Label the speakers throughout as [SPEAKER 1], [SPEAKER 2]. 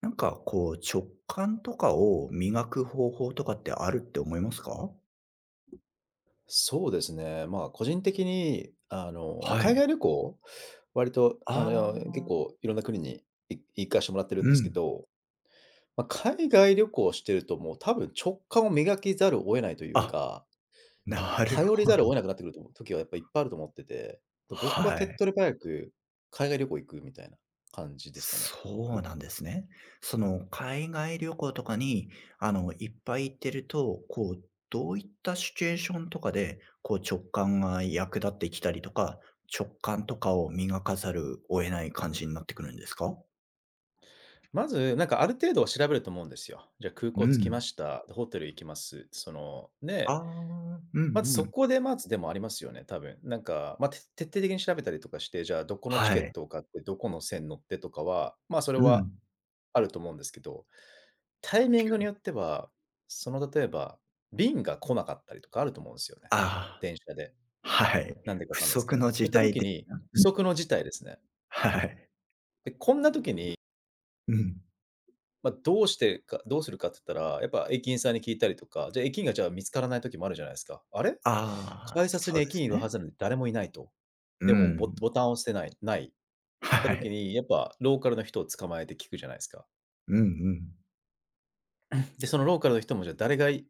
[SPEAKER 1] なんかこう、直感とかを磨く方法とかってあるって思いますか？
[SPEAKER 2] そうですね。まあ、個人的に、まあ、
[SPEAKER 1] は
[SPEAKER 2] 海
[SPEAKER 1] い。
[SPEAKER 2] 外旅行、割と、
[SPEAKER 1] ああ、
[SPEAKER 2] 結構いろんな国に行かしてもらってるん
[SPEAKER 1] う
[SPEAKER 2] ですけ
[SPEAKER 1] ん。
[SPEAKER 2] ど、まあ、海外旅行してるともう多分直感を磨きざるを得ないという
[SPEAKER 1] あ、
[SPEAKER 2] か、
[SPEAKER 1] なる
[SPEAKER 2] 頼り
[SPEAKER 1] ほ
[SPEAKER 2] ざるを
[SPEAKER 1] ど。
[SPEAKER 2] 得なくなってくると思う時はやっぱいっぱいあると思ってて、で僕は
[SPEAKER 1] は
[SPEAKER 2] 手っ
[SPEAKER 1] い。
[SPEAKER 2] 取り早く海外旅行行くみたいな感じですかね。
[SPEAKER 1] そうなんですね。その、海外旅行とかに、あの、いっぱい行ってると、こう、どういったシチュエーションとかで、こう、直感が役立ってきたりとか、直感とかを磨かざるを得ない感じになってくるんですか？
[SPEAKER 2] まず、なんかある程度は調べると思うんですよ。じゃあ空
[SPEAKER 1] う
[SPEAKER 2] 港着きま
[SPEAKER 1] ん。
[SPEAKER 2] した。でホテル行きます。その、
[SPEAKER 1] あ
[SPEAKER 2] で、
[SPEAKER 1] あ、うん
[SPEAKER 2] まず
[SPEAKER 1] う
[SPEAKER 2] そ
[SPEAKER 1] ん。
[SPEAKER 2] こでまずでもありますよね、多分。なんか、まあ、徹底的に調べたりとかして、じゃあどこのチ
[SPEAKER 1] は
[SPEAKER 2] ケッ
[SPEAKER 1] い。
[SPEAKER 2] トを買って、どこの線乗ってとかは、ま、あそれ
[SPEAKER 1] う
[SPEAKER 2] は
[SPEAKER 1] ん。
[SPEAKER 2] あると思うんですけど、タ
[SPEAKER 1] 確
[SPEAKER 2] イミング
[SPEAKER 1] か
[SPEAKER 2] に
[SPEAKER 1] に。
[SPEAKER 2] よっては、その例えば、便が来なかったりとかあると思うんですよね。
[SPEAKER 1] あ
[SPEAKER 2] 電車で。
[SPEAKER 1] あ、はい。
[SPEAKER 2] なんでかわ
[SPEAKER 1] 不
[SPEAKER 2] かんないですけど。
[SPEAKER 1] 測の
[SPEAKER 2] そうい
[SPEAKER 1] 事
[SPEAKER 2] った
[SPEAKER 1] 態
[SPEAKER 2] 時
[SPEAKER 1] 的
[SPEAKER 2] に、
[SPEAKER 1] な。
[SPEAKER 2] 不測の事態ですね。
[SPEAKER 1] はい。
[SPEAKER 2] で、こんな時に
[SPEAKER 1] うん。
[SPEAKER 2] まあ、どうしてかどうするかって言ったら、やっぱ駅員さんに聞いたりとか、じゃ、駅員がじゃあ見つからない時もあるじゃないですか。あれ？
[SPEAKER 1] ああ、
[SPEAKER 2] 改札
[SPEAKER 1] そ
[SPEAKER 2] に
[SPEAKER 1] うで
[SPEAKER 2] 駅
[SPEAKER 1] す
[SPEAKER 2] 員いるは
[SPEAKER 1] ね。
[SPEAKER 2] ずなのに誰もいないと。
[SPEAKER 1] う
[SPEAKER 2] でも、
[SPEAKER 1] ん。
[SPEAKER 2] ボタンを押してないないった
[SPEAKER 1] は
[SPEAKER 2] 時
[SPEAKER 1] い。
[SPEAKER 2] に、やっぱローカルの人を捕まえて聞くじゃないですか。
[SPEAKER 1] うんうん。
[SPEAKER 2] で、そのローカルの人もじゃあ誰が聞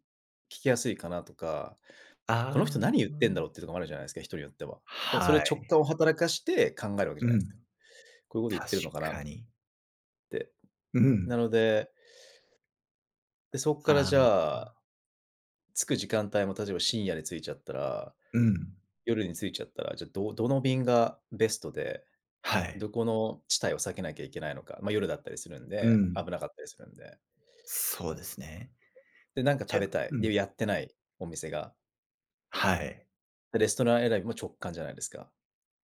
[SPEAKER 2] きやすいかなとか、こ
[SPEAKER 1] あ
[SPEAKER 2] の人何言って
[SPEAKER 1] あ、
[SPEAKER 2] んだろうっていうとこもあるじゃないですか、人によっては。でもそれ
[SPEAKER 1] は
[SPEAKER 2] 直
[SPEAKER 1] い。
[SPEAKER 2] 感を働かして考えるわけじ
[SPEAKER 1] う
[SPEAKER 2] ゃないです
[SPEAKER 1] ん。
[SPEAKER 2] か。こういうこと言って
[SPEAKER 1] 確
[SPEAKER 2] るのかなっ
[SPEAKER 1] かに。
[SPEAKER 2] て。
[SPEAKER 1] う
[SPEAKER 2] な
[SPEAKER 1] ん。
[SPEAKER 2] ので、で、そこから
[SPEAKER 1] あ
[SPEAKER 2] じ
[SPEAKER 1] あ、
[SPEAKER 2] ゃあ、着く時間帯も例えば深夜に着いちゃったら
[SPEAKER 1] うん。
[SPEAKER 2] 夜に着いちゃったら、じゃ、どの便がベストで、
[SPEAKER 1] はい。
[SPEAKER 2] どこの地帯を避けなきゃいけないのか、まあ、夜だったりするん
[SPEAKER 1] う
[SPEAKER 2] で、
[SPEAKER 1] ん。
[SPEAKER 2] 危なかったりするんで。
[SPEAKER 1] そうですね。
[SPEAKER 2] で、なんか
[SPEAKER 1] じ
[SPEAKER 2] 食
[SPEAKER 1] ゃ
[SPEAKER 2] べ
[SPEAKER 1] あ
[SPEAKER 2] たい、
[SPEAKER 1] うん。
[SPEAKER 2] で、やってないお店が、
[SPEAKER 1] はい。
[SPEAKER 2] で、レストラン選びも直感じゃないですか。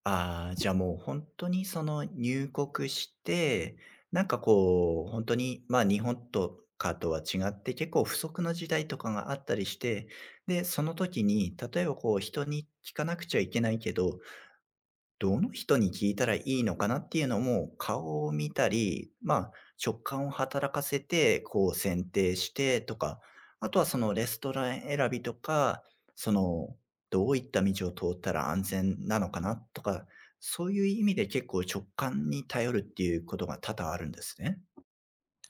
[SPEAKER 1] ああ、じゃあもう本当にその入国して、なんかこう、本当に、ま、日本とかとは違って結構不足の時代とかがあったりして、で、その時に、例えばこう人に聞かなくちゃいけないけど、どの人に聞いたらいいのかなっていうのも、顔を見たり、まあ、直感を働かせて、こう選定してとか、あとはそのレストラン選びとか、その、どういった道を通ったら安全なのかなとか、そういう意味で結構直感に頼るっていうことが多々あるんですね。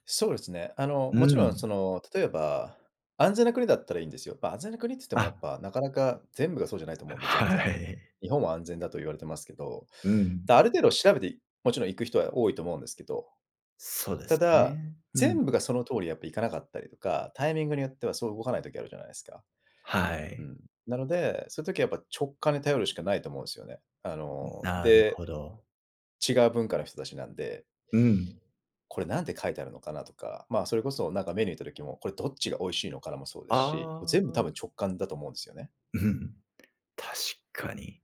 [SPEAKER 2] そうですね。
[SPEAKER 1] う
[SPEAKER 2] もちろん
[SPEAKER 1] ん。
[SPEAKER 2] その、例えば、安全な国だったらいいんですよ。まあ、安全な国って言ってもや
[SPEAKER 1] あ、
[SPEAKER 2] っぱ、なかなか全部がそうじゃないと思うんで、全
[SPEAKER 1] は
[SPEAKER 2] 然。
[SPEAKER 1] い。
[SPEAKER 2] 日本は安全だと言われてますけど、
[SPEAKER 1] うん。
[SPEAKER 2] ある程度調べて、もちろん行く人は多いと思うんですけど
[SPEAKER 1] そうで
[SPEAKER 2] た
[SPEAKER 1] す
[SPEAKER 2] だ、
[SPEAKER 1] ね。うん。
[SPEAKER 2] 全部がその通りやっぱいかなかったりとか、タイミングによってはそう動かない時あるじゃないですか。
[SPEAKER 1] は
[SPEAKER 2] う
[SPEAKER 1] い。
[SPEAKER 2] ん。なので、そういう時はやっぱ直感に頼るしかないと思うんですよね。
[SPEAKER 1] なる
[SPEAKER 2] で、
[SPEAKER 1] ほど。
[SPEAKER 2] 違う文化の人たちなんで、
[SPEAKER 1] うん。
[SPEAKER 2] これなんて書いてあるのかなとか、まあ、それこそなんかメニュー見た時も、これどっちが美味しいのかなもそうですし、
[SPEAKER 1] あ
[SPEAKER 2] 全部
[SPEAKER 1] あ。
[SPEAKER 2] 多分直感だと思うんですよね。
[SPEAKER 1] うん。確かに。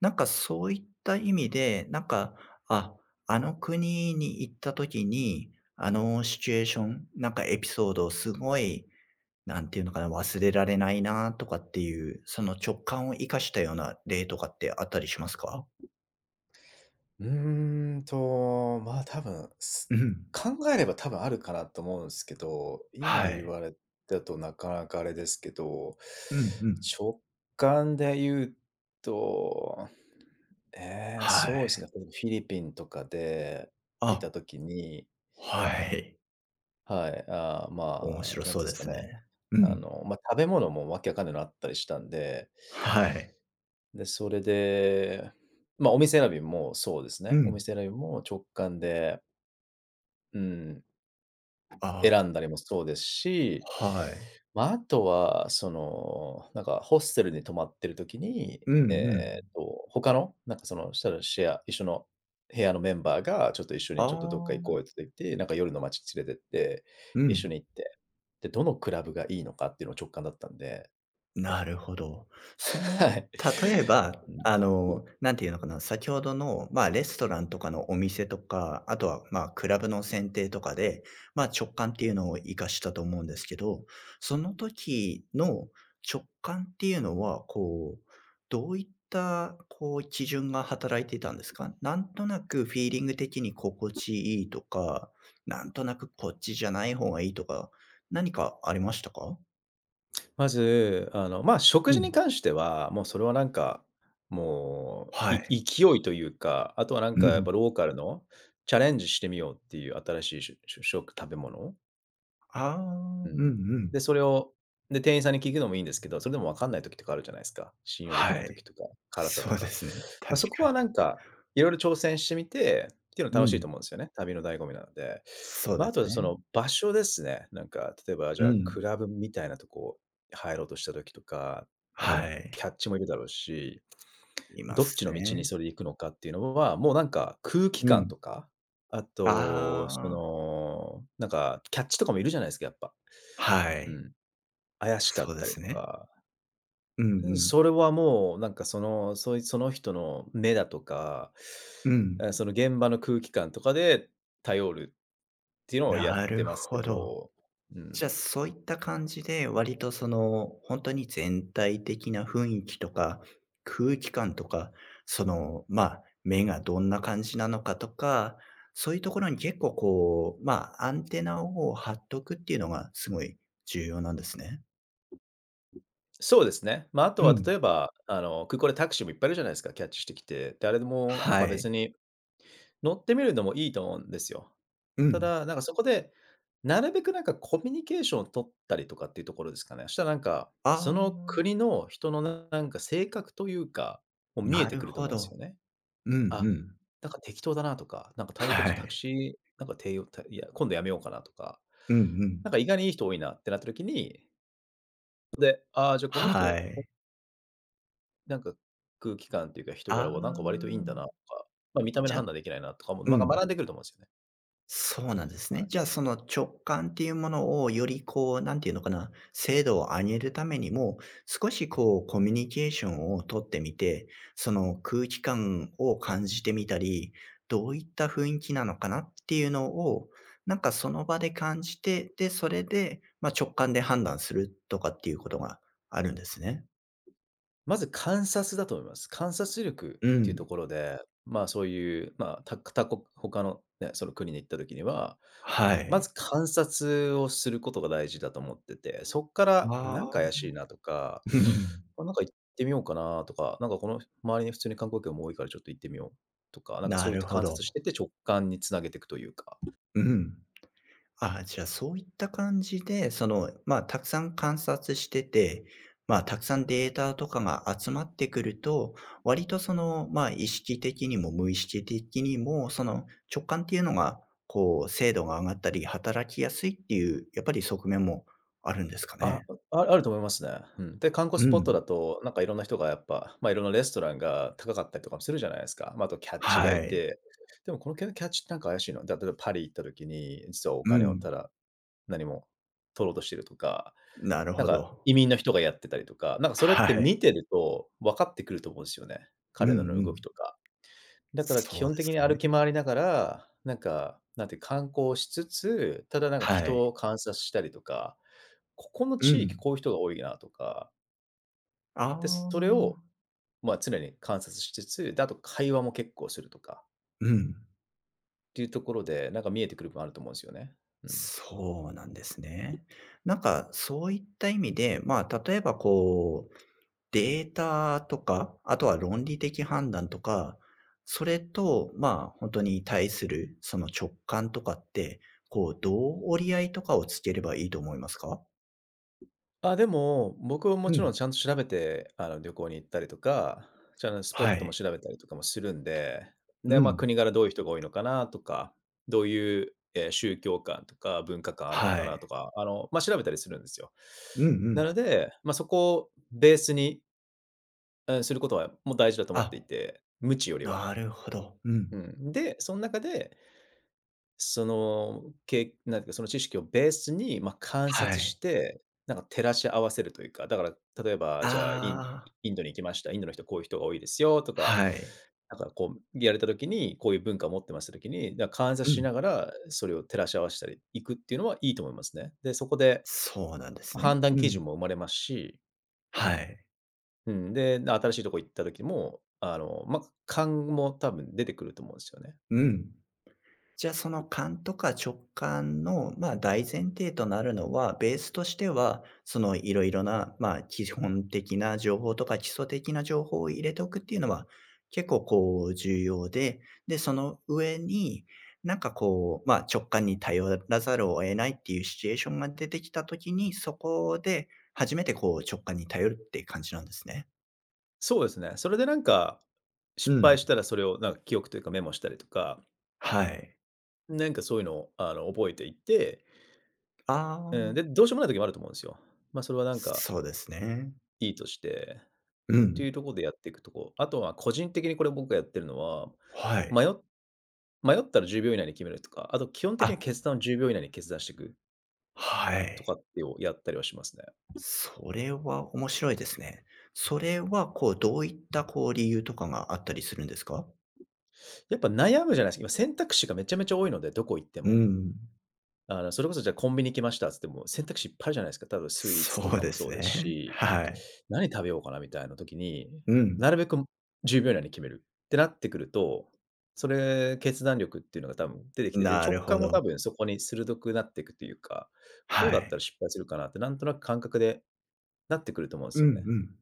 [SPEAKER 1] なんかそういった意味で、なんか、あ、あの国に行った時に、あのシチュエーション、なんかエピソードをすごい、なんていうのかな、忘れられないなとかっていう、その直感を生かしたような例とかってあったりしますか？
[SPEAKER 2] まあ、多分、
[SPEAKER 1] うん。
[SPEAKER 2] 考えれば多分あるかなと思うんですけど、
[SPEAKER 1] は
[SPEAKER 2] 今言
[SPEAKER 1] い。
[SPEAKER 2] われたとなかなかあれですけど、
[SPEAKER 1] うんうん。
[SPEAKER 2] 直感で言うと、
[SPEAKER 1] は
[SPEAKER 2] そうです
[SPEAKER 1] い。
[SPEAKER 2] ね、フィリピンとかでい
[SPEAKER 1] あ、
[SPEAKER 2] た時に、
[SPEAKER 1] はい。
[SPEAKER 2] はい、
[SPEAKER 1] 面
[SPEAKER 2] まあ、
[SPEAKER 1] 白
[SPEAKER 2] なん
[SPEAKER 1] そ
[SPEAKER 2] ていうんで
[SPEAKER 1] う
[SPEAKER 2] す
[SPEAKER 1] で
[SPEAKER 2] か
[SPEAKER 1] すね。
[SPEAKER 2] ね、
[SPEAKER 1] うん。
[SPEAKER 2] ま、食べ物もわけわかんないのあったりしたんで、
[SPEAKER 1] はい。
[SPEAKER 2] で、それで、ま、お店選びもそうです
[SPEAKER 1] う
[SPEAKER 2] ね、お
[SPEAKER 1] ん。
[SPEAKER 2] 店選びも直感でうん、
[SPEAKER 1] あ、
[SPEAKER 2] 選んだりもそうですし、
[SPEAKER 1] はい。
[SPEAKER 2] まあ、あとは、その、なんかホステルに泊まってる時に、
[SPEAKER 1] うんうん。
[SPEAKER 2] 他の、なんかその、したらシェア一緒の部屋のメンバーが、ちょっと一緒に
[SPEAKER 1] あ
[SPEAKER 2] ちょっとどっか行こ
[SPEAKER 1] あ、
[SPEAKER 2] うよって言って、なんか夜の街連れてって、
[SPEAKER 1] う
[SPEAKER 2] 一緒
[SPEAKER 1] ん。
[SPEAKER 2] に行って、で、どのクラブがいいのかっていうのを直感だったんで、
[SPEAKER 1] なるほど。そ の、
[SPEAKER 2] はい。
[SPEAKER 1] 例えば、
[SPEAKER 2] うん。
[SPEAKER 1] あの、なんていうのかな、先ほどの、まあ、レストランとかのお店とか、あとは、まあ、クラブの選定とかで、まあ、直感っていうのを活かしたと思うんですけど、その時の直感っていうのは、こう、どういった、こう、基準が働いていたんですか？なんとなくフィーリング的に心地いいとか、なんとなくこっちじゃない方がいいとか、何かありましたか？
[SPEAKER 2] まず、まあ、食
[SPEAKER 1] う
[SPEAKER 2] 事に
[SPEAKER 1] ん。
[SPEAKER 2] 関しては、もうそれはなんか、もう、
[SPEAKER 1] はい。
[SPEAKER 2] 勢いというか、あとはなん
[SPEAKER 1] う
[SPEAKER 2] かやっぱ
[SPEAKER 1] ん
[SPEAKER 2] ローカルのチャレンジしてみようっていう新しいしゅし食食べ物
[SPEAKER 1] ああ、う
[SPEAKER 2] う
[SPEAKER 1] んう
[SPEAKER 2] ん。
[SPEAKER 1] ん。
[SPEAKER 2] で、それを、で、店員さんに聞くのもいいんですけど、それでもわかんない時とかあるじゃないですか。信用できな
[SPEAKER 1] は
[SPEAKER 2] い時
[SPEAKER 1] い。
[SPEAKER 2] とか、辛さと
[SPEAKER 1] そうで
[SPEAKER 2] か。
[SPEAKER 1] すね。
[SPEAKER 2] ま、
[SPEAKER 1] 確
[SPEAKER 2] そこ
[SPEAKER 1] かに。
[SPEAKER 2] はなんか、いろいろ挑戦してみて、っていうの
[SPEAKER 1] う
[SPEAKER 2] 楽しい
[SPEAKER 1] ん。
[SPEAKER 2] と思うんですよね、旅の醍醐味なので。
[SPEAKER 1] そう
[SPEAKER 2] ま、
[SPEAKER 1] で
[SPEAKER 2] あ
[SPEAKER 1] す
[SPEAKER 2] とそ
[SPEAKER 1] ね。
[SPEAKER 2] の場所ですね。なんか、例えばじ
[SPEAKER 1] う
[SPEAKER 2] ゃあ、ク
[SPEAKER 1] ん。
[SPEAKER 2] ラブみたいなとこ入ろうとした時とか、あと、
[SPEAKER 1] は
[SPEAKER 2] ま、キ
[SPEAKER 1] い。
[SPEAKER 2] ャッチもいるだろうし、
[SPEAKER 1] いま
[SPEAKER 2] どっち
[SPEAKER 1] す
[SPEAKER 2] の道に
[SPEAKER 1] ね。
[SPEAKER 2] それ行くのかっていうのは、もうなんか空気
[SPEAKER 1] う
[SPEAKER 2] 感
[SPEAKER 1] ん。
[SPEAKER 2] とか、あと、そ
[SPEAKER 1] ああ、
[SPEAKER 2] の、なんかキャッチとかもいるじゃないですか、やっぱ。
[SPEAKER 1] は
[SPEAKER 2] う
[SPEAKER 1] い。
[SPEAKER 2] ん、怪しか
[SPEAKER 1] そ
[SPEAKER 2] っ
[SPEAKER 1] う
[SPEAKER 2] た
[SPEAKER 1] で
[SPEAKER 2] り
[SPEAKER 1] す
[SPEAKER 2] と
[SPEAKER 1] ね。
[SPEAKER 2] か、
[SPEAKER 1] うんうん。
[SPEAKER 2] それはもうなんかその、その人の目だとか、
[SPEAKER 1] うん。
[SPEAKER 2] その現場の空気感とかで頼るっていうのをやっ
[SPEAKER 1] な
[SPEAKER 2] て
[SPEAKER 1] る
[SPEAKER 2] ますけ
[SPEAKER 1] ほど。
[SPEAKER 2] ど、う
[SPEAKER 1] じゃ、
[SPEAKER 2] ん。
[SPEAKER 1] あそういった感じで、割とその、本当に全体的な雰囲気とか、空気感とか、その、まあ、目がどんな感じなのかとか、そういうところに結構こう、まあ、アンテナを張っとくっていうのがすごい重要なんですね。
[SPEAKER 2] そうですね。まあ、あと
[SPEAKER 1] う
[SPEAKER 2] は
[SPEAKER 1] ん。
[SPEAKER 2] 例えば、空港でタクシーもいっぱいいるじゃないですか、キャッチしてきて。誰でもなん
[SPEAKER 1] は
[SPEAKER 2] か別
[SPEAKER 1] い。
[SPEAKER 2] に乗ってみるのもいいと思うんですよ。
[SPEAKER 1] う
[SPEAKER 2] た
[SPEAKER 1] ん。
[SPEAKER 2] だ、なんかそこで、なるべくなんかコミュニケーションを取ったりとかっていうところですかね。そしたらなんか、そ
[SPEAKER 1] ああ、
[SPEAKER 2] の国の人のんか性格というか、もう見え
[SPEAKER 1] な
[SPEAKER 2] て
[SPEAKER 1] る
[SPEAKER 2] くると
[SPEAKER 1] ほ
[SPEAKER 2] 思うんですよ
[SPEAKER 1] ど。
[SPEAKER 2] ね。
[SPEAKER 1] うん
[SPEAKER 2] あ、
[SPEAKER 1] うん。
[SPEAKER 2] なんか適当だなとか、なんか対応
[SPEAKER 1] は
[SPEAKER 2] 的タク
[SPEAKER 1] い。
[SPEAKER 2] シー、なんか低いたいや、今度やめようかなとか、
[SPEAKER 1] うんうん。
[SPEAKER 2] なんか意外にいい人多いなってなった時に、ああ、じゃあこの
[SPEAKER 1] は
[SPEAKER 2] 人の
[SPEAKER 1] い。
[SPEAKER 2] なんか空気感というか人
[SPEAKER 1] あ
[SPEAKER 2] 柄はなんか割といい
[SPEAKER 1] あ、
[SPEAKER 2] んだなとか、まあ、見た目の
[SPEAKER 1] じゃあ
[SPEAKER 2] 判断できないなとかも、
[SPEAKER 1] う
[SPEAKER 2] なんか
[SPEAKER 1] ん。
[SPEAKER 2] 学んでくると思うんですよね。
[SPEAKER 1] そうなんですね。
[SPEAKER 2] は
[SPEAKER 1] じ
[SPEAKER 2] い。
[SPEAKER 1] ゃあ、その直感っていうものをよりこう、なんていうのかな、精度を上げるためにも、少しこう、コミュニケーションをとってみて、その空気感を感じてみたり、どういった雰囲気なのかなっていうのを、なんかその場で感じて、で、それで、まあ、直感で判断するとかっていうことがあるんですね。
[SPEAKER 2] まず観察だと思います。観察力
[SPEAKER 1] う
[SPEAKER 2] っていうと
[SPEAKER 1] ん。
[SPEAKER 2] ころで、まあ、そういう、まあ、他のね、その国に行った時には、
[SPEAKER 1] は
[SPEAKER 2] まず
[SPEAKER 1] い。
[SPEAKER 2] 観察をすることが大事だと思ってて、そっから、
[SPEAKER 1] あ
[SPEAKER 2] なんか
[SPEAKER 1] あ。
[SPEAKER 2] 怪しいなとか、
[SPEAKER 1] うん
[SPEAKER 2] なんか行ってみようかなとか、なんかこの周りに普通に観光客も多いからちょっと行ってみようとか、なんかそ
[SPEAKER 1] な
[SPEAKER 2] ういっ
[SPEAKER 1] る
[SPEAKER 2] た
[SPEAKER 1] ほ
[SPEAKER 2] 観
[SPEAKER 1] ど。
[SPEAKER 2] 察してて直感につなげていくというか。
[SPEAKER 1] うん。ああ、じゃあ、そういった感じで、その、まあ、たくさん観察してて、まあ、たくさんデータとかが集まってくると、割とその、まあ、意識的にも無意識的にも、その直感っていうのが、こう、精度が上がったり、働きやすいっていう、やっぱり側面もあるんですか
[SPEAKER 2] あ、
[SPEAKER 1] ね。
[SPEAKER 2] あると思いますね。うん。で、観光
[SPEAKER 1] う
[SPEAKER 2] スポット
[SPEAKER 1] ん。
[SPEAKER 2] だと、なんかいろんな人がやっぱ、まあ、いろんなレストランが高かったりとかもするじゃないですか。まあ、あとキャッチがい
[SPEAKER 1] はい。
[SPEAKER 2] て、でもこのキャッチってなんか怪しいのだ例えばパリ行った時に、実はお
[SPEAKER 1] う
[SPEAKER 2] 金をた
[SPEAKER 1] ん。
[SPEAKER 2] だ何も取ろうとしてるとか、
[SPEAKER 1] なる
[SPEAKER 2] なん
[SPEAKER 1] ほ
[SPEAKER 2] か
[SPEAKER 1] ど。
[SPEAKER 2] 移民の人がやってたりとか、なんかそれっ
[SPEAKER 1] は
[SPEAKER 2] て
[SPEAKER 1] い。
[SPEAKER 2] 見てると分かってくると思うんですよね、
[SPEAKER 1] うんう
[SPEAKER 2] 彼らの動き
[SPEAKER 1] ん。
[SPEAKER 2] とか。だから基
[SPEAKER 1] そう
[SPEAKER 2] 本
[SPEAKER 1] で
[SPEAKER 2] 的
[SPEAKER 1] す
[SPEAKER 2] に歩き
[SPEAKER 1] ね。
[SPEAKER 2] 回りながら、なんか、なんて観光しつつ、ただなんか
[SPEAKER 1] はい。
[SPEAKER 2] 人を観察したりとか、ここの
[SPEAKER 1] う
[SPEAKER 2] 地域
[SPEAKER 1] ん。
[SPEAKER 2] こういう人が多いなとか、
[SPEAKER 1] あ
[SPEAKER 2] で、それを、
[SPEAKER 1] あ。
[SPEAKER 2] ま、常に観察しつつ、で、あと会話も結構するとか
[SPEAKER 1] うん。
[SPEAKER 2] っていうところで、なんか見えてくる部分あると思うんですよね。うん。
[SPEAKER 1] そうなんですね。なんか、そういった意味で、まあ、例えばこう、データとか、あとは論理的判断とか、それと、まあ、本当に対するその直感とかって、こう、どう折り合いとかをつければいいと思いますか？
[SPEAKER 2] あ、でも、僕はも
[SPEAKER 1] う
[SPEAKER 2] ちろ
[SPEAKER 1] ん、
[SPEAKER 2] んちゃんと調べて、旅行に行ったりとか、ちゃんとスポ
[SPEAKER 1] は
[SPEAKER 2] ットも
[SPEAKER 1] い。
[SPEAKER 2] 調べたりとかもするんで、で、
[SPEAKER 1] う
[SPEAKER 2] まあ、
[SPEAKER 1] ん、
[SPEAKER 2] 国柄どういう人が多いのかなとか、どういう、宗教観とか文化観あるのか
[SPEAKER 1] は
[SPEAKER 2] なと
[SPEAKER 1] い。
[SPEAKER 2] か、あの、まあ、調べたりするんですよ。
[SPEAKER 1] うんう
[SPEAKER 2] な
[SPEAKER 1] ん。
[SPEAKER 2] ので、まあ、そこをベースに、うん、することはもう大事だと思って
[SPEAKER 1] あ、
[SPEAKER 2] いて、無知よりは。
[SPEAKER 1] なるほど。うん。
[SPEAKER 2] うん。で、その中でその、なんていうか、その知識をベースに、ま、観
[SPEAKER 1] は
[SPEAKER 2] 察し
[SPEAKER 1] い。
[SPEAKER 2] て、なんか照らし合わせるというか、だから例えば、じゃあ、
[SPEAKER 1] ああ、
[SPEAKER 2] インドに行きました。インドの人こういう人が多いですよとか、
[SPEAKER 1] はい。
[SPEAKER 2] なんかこうやれた時に、こういう文化を持ってますって時に、観察
[SPEAKER 1] う
[SPEAKER 2] し
[SPEAKER 1] ん。
[SPEAKER 2] ながらそれを照らし合わしたりいくっていうのはいいと思いますね。で、そこで
[SPEAKER 1] そうなんですね。
[SPEAKER 2] 判断
[SPEAKER 1] う
[SPEAKER 2] 基
[SPEAKER 1] ん。
[SPEAKER 2] 準も生まれますし、
[SPEAKER 1] はい。
[SPEAKER 2] うん、で、新しいとこ行った時も、ま、勘も多分出てくると思うんですよね。
[SPEAKER 1] うん。じゃあ、その勘とか直感の、ま、あ大前提となるのは、ベースとしては、そのいろいろな、ま、あ基本的な情報とか基礎的な情報を入れておくっていうのは、結構こう重要で、で、その上に、なんかこう、ま、あ直感に頼らざるを得ないっていうシチュエーションが出てきたときに、そこで初めてこう直感に頼るって感じなんですね。
[SPEAKER 2] そうですね。それでなんか、
[SPEAKER 1] う
[SPEAKER 2] 失
[SPEAKER 1] ん。
[SPEAKER 2] 敗したらそれをなんか記憶というかメモしたりとか、
[SPEAKER 1] はい。
[SPEAKER 2] なんかそういうのを覚えていって、
[SPEAKER 1] あ
[SPEAKER 2] うん、で、
[SPEAKER 1] あ、
[SPEAKER 2] どうしようもない時もあると思うんですよ。まあ、それはなんか
[SPEAKER 1] そうですね。
[SPEAKER 2] いいとして、っ
[SPEAKER 1] う
[SPEAKER 2] て
[SPEAKER 1] ん。
[SPEAKER 2] いうところでやっていくとこ。あとは個人的にこれ僕がやってるのは、
[SPEAKER 1] はい。
[SPEAKER 2] 迷っ迷ったら10秒以内に決めるとか、あと基本的に
[SPEAKER 1] あ
[SPEAKER 2] 決断を10秒以内に決断していく
[SPEAKER 1] は
[SPEAKER 2] と
[SPEAKER 1] い。
[SPEAKER 2] かっていうのをやったりはしますね。
[SPEAKER 1] それは面白いですね。それはこう、どういったこう理由とかがあったりするんですか？
[SPEAKER 2] やっぱ悩むじゃないですか。今選択肢がめちゃめちゃ多いので、どこ行って
[SPEAKER 1] う
[SPEAKER 2] も。
[SPEAKER 1] ん。
[SPEAKER 2] それこそじゃあコンビニ来ましたっつっても選択肢いっぱいあるじゃないですか。例えばスイーツと
[SPEAKER 1] そう
[SPEAKER 2] かも
[SPEAKER 1] です
[SPEAKER 2] そうです
[SPEAKER 1] ね。
[SPEAKER 2] し、
[SPEAKER 1] はい。
[SPEAKER 2] 何食べようかなみたいな時に、
[SPEAKER 1] うん。
[SPEAKER 2] なるべく10秒以内に決めるってなってくると、それ、決断力っていうのが多分出てきてて、
[SPEAKER 1] な
[SPEAKER 2] 直
[SPEAKER 1] るほ
[SPEAKER 2] 感も
[SPEAKER 1] ど。
[SPEAKER 2] 多分そこに鋭くなっていくというか、こう
[SPEAKER 1] は
[SPEAKER 2] だっ
[SPEAKER 1] い。
[SPEAKER 2] たら失敗するかなってなんとなく感覚でなってくると思うんで
[SPEAKER 1] う
[SPEAKER 2] す
[SPEAKER 1] ん
[SPEAKER 2] よね。
[SPEAKER 1] うん。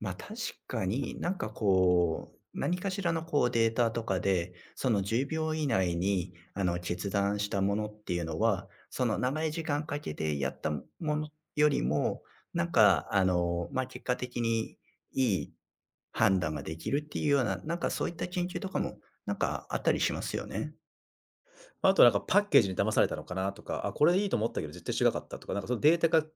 [SPEAKER 1] ま、確かに、なんかこう、何かしらのこうデータとかで、その10秒以内にあの決断したものっていうのは、その長い時間かけてやったものよりも、なんかあの、ま、結果的にいい判断ができるっていうような、なんかそういった研究とかも、なんかあったりしますよね。
[SPEAKER 2] まあとなんかパッケージに騙されたのかなとか、あ、これいいと思ったけど絶対違かったとか、なんかそのデータが重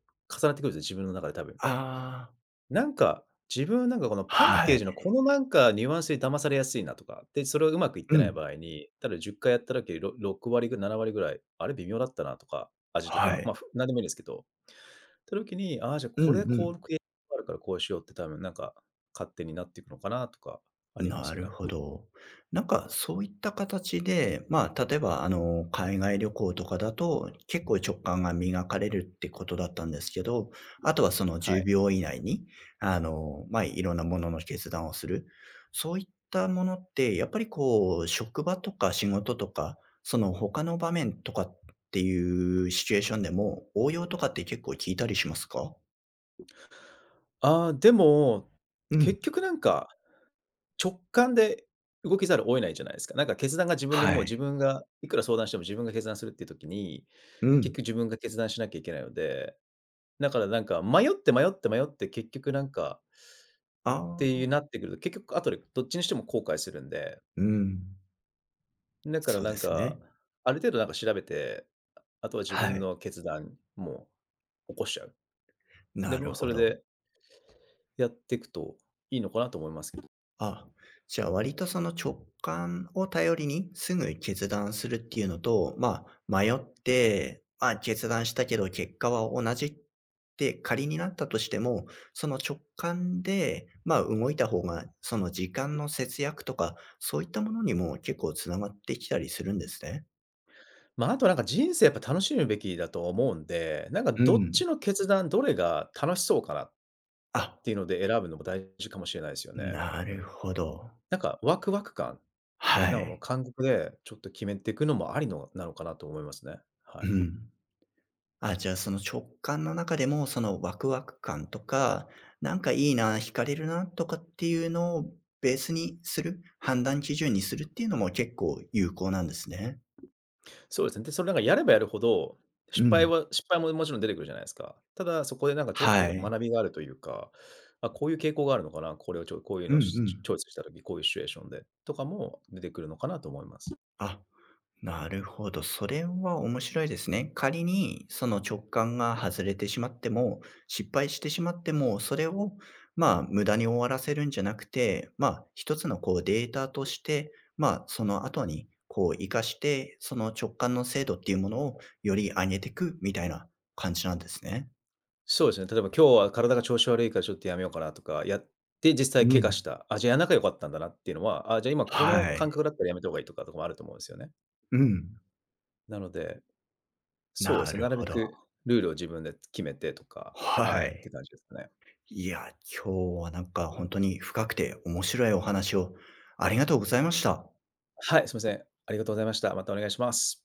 [SPEAKER 2] なってくるんですよ、自分の中で多分。
[SPEAKER 1] ああ、
[SPEAKER 2] なんか、自分はなんかこのパッ
[SPEAKER 1] は
[SPEAKER 2] ケー
[SPEAKER 1] い。
[SPEAKER 2] ジのこのなんかニュアンスに騙されやすいなとか、で、それをうまくいっ
[SPEAKER 1] う
[SPEAKER 2] てない
[SPEAKER 1] ん。
[SPEAKER 2] 場合に、ただ10回やっただけで6割7割ぐらい、あれ微妙だったなとか、味と
[SPEAKER 1] は
[SPEAKER 2] か、まあ、
[SPEAKER 1] い。
[SPEAKER 2] なんでもいいですけど、た時に、ああ、じゃあ
[SPEAKER 1] う
[SPEAKER 2] こ
[SPEAKER 1] ん
[SPEAKER 2] れ
[SPEAKER 1] う
[SPEAKER 2] こ
[SPEAKER 1] ん
[SPEAKER 2] う、あるからこうしようって多分なんか、勝手になっていくのかなとかありま
[SPEAKER 1] な
[SPEAKER 2] すよ
[SPEAKER 1] る
[SPEAKER 2] ね。
[SPEAKER 1] ほど。なんかそういった形で、まあ、例えばあの、海外旅行とかだと、結構直感が磨かれるってことだったんですけど、あとはその
[SPEAKER 2] は
[SPEAKER 1] 10
[SPEAKER 2] い。
[SPEAKER 1] 秒以内に、あの、まあ、いろんなものの決断をする。そういったものって、やっぱりこう、職場とか仕事とか、その他の場面とかっていうシチュエーションでも、応用とかって結構効いたりしますか？
[SPEAKER 2] ああ、でも、
[SPEAKER 1] うん。
[SPEAKER 2] 結局なんか直感で動きざるを得ないじゃないですか。なんか決断が自分に
[SPEAKER 1] は
[SPEAKER 2] もう自
[SPEAKER 1] い。
[SPEAKER 2] 分がいくら相談しても自分が決断するっていう時に、
[SPEAKER 1] う
[SPEAKER 2] 結
[SPEAKER 1] ん。
[SPEAKER 2] 局自分が決断しなきゃいけないので、だからなんか迷って迷って迷って結局なんかっ
[SPEAKER 1] あ
[SPEAKER 2] てい
[SPEAKER 1] あ、
[SPEAKER 2] うなってくると、結局後でどっちにしても後悔するんで、
[SPEAKER 1] うん。
[SPEAKER 2] だから
[SPEAKER 1] そう
[SPEAKER 2] な
[SPEAKER 1] で
[SPEAKER 2] ん
[SPEAKER 1] す
[SPEAKER 2] か、
[SPEAKER 1] ね。
[SPEAKER 2] ある程度なんか調べて、あとは自
[SPEAKER 1] は
[SPEAKER 2] 分
[SPEAKER 1] い。
[SPEAKER 2] の決断も起こしちゃう。で
[SPEAKER 1] なる
[SPEAKER 2] もそ
[SPEAKER 1] ほ
[SPEAKER 2] れ
[SPEAKER 1] ど。
[SPEAKER 2] でやっていくといいのかなと思いますけど。
[SPEAKER 1] あ、じゃあ割とその直感を頼りにすぐ決断するっていうのと、まあ迷って、まあ決断したけど結果は同じって仮になったとしても、その直感で、まあ動いた方がその時間の節約とか、そういったものにも結構つながってきたりするんですね。
[SPEAKER 2] まあ、あとなんか人生やっぱ楽しむべきだと思うんで、なんか
[SPEAKER 1] う
[SPEAKER 2] どっ
[SPEAKER 1] ん。
[SPEAKER 2] ちの決断、どれが楽しそうかなっ
[SPEAKER 1] あ、
[SPEAKER 2] ていうので選ぶのも大事かもしれないですよね。
[SPEAKER 1] な
[SPEAKER 2] う
[SPEAKER 1] る
[SPEAKER 2] ん。
[SPEAKER 1] ほど。
[SPEAKER 2] なんかワクワク感、
[SPEAKER 1] は
[SPEAKER 2] なんかもう
[SPEAKER 1] い。
[SPEAKER 2] 感覚でちょっと決めていくのもありのなのかなと思いますね。は
[SPEAKER 1] う
[SPEAKER 2] い。
[SPEAKER 1] ん。あ、じゃあ、その直感の中でも、そのワクワク感とか、なんかいいな、惹かれるなとかっていうのをベースにする、判断基準にするっていうのも結構有効なんですね。
[SPEAKER 2] そうですね。で、それなんかやればやるほど、
[SPEAKER 1] う
[SPEAKER 2] 失敗
[SPEAKER 1] ん。
[SPEAKER 2] は失敗ももちろん出てくるじゃないですか。ただ、そこでなんかちょっ
[SPEAKER 1] は
[SPEAKER 2] と
[SPEAKER 1] い。
[SPEAKER 2] 学びがあるというか、あ、こういう傾向があるのかな、これをちょこういう
[SPEAKER 1] う
[SPEAKER 2] の
[SPEAKER 1] ん
[SPEAKER 2] を
[SPEAKER 1] う
[SPEAKER 2] し
[SPEAKER 1] ん。
[SPEAKER 2] チョイスした時、こういうシチュエーションでとかも出てくるのかなと思います。
[SPEAKER 1] あなるほど。それは面白いですね。仮にその直感が外れてしまっても、失敗してしまっても、それをまあ無駄に終わらせるんじゃなくて、まあ一つのこうデータとして、まあその後にこう活かして、その直感の精度っていうものをより上げていくみたいな感じなんですね。
[SPEAKER 2] そうですね。例えば今日は体が調子悪いからちょっとやめようかなとか、やって実際
[SPEAKER 1] う
[SPEAKER 2] 怪我し
[SPEAKER 1] ん。
[SPEAKER 2] た。あ、じゃあや良なきゃよかったんだなっていうのは、あ、じゃあ今この
[SPEAKER 1] はい。
[SPEAKER 2] 感覚だったらやめた方がいいとかとかもあると思うんですよね。
[SPEAKER 1] うん。
[SPEAKER 2] なので、そうで
[SPEAKER 1] な
[SPEAKER 2] すね、
[SPEAKER 1] る
[SPEAKER 2] なる
[SPEAKER 1] ほ
[SPEAKER 2] べ
[SPEAKER 1] ど。
[SPEAKER 2] くルールを自分で決めてとか、は
[SPEAKER 1] は
[SPEAKER 2] い、って
[SPEAKER 1] い。
[SPEAKER 2] 感じですかね。
[SPEAKER 1] いや、今日はなんか本当に深くて面白いお話をありがとうございました。
[SPEAKER 2] はい、すいません。ありがとうございました。またお願いします。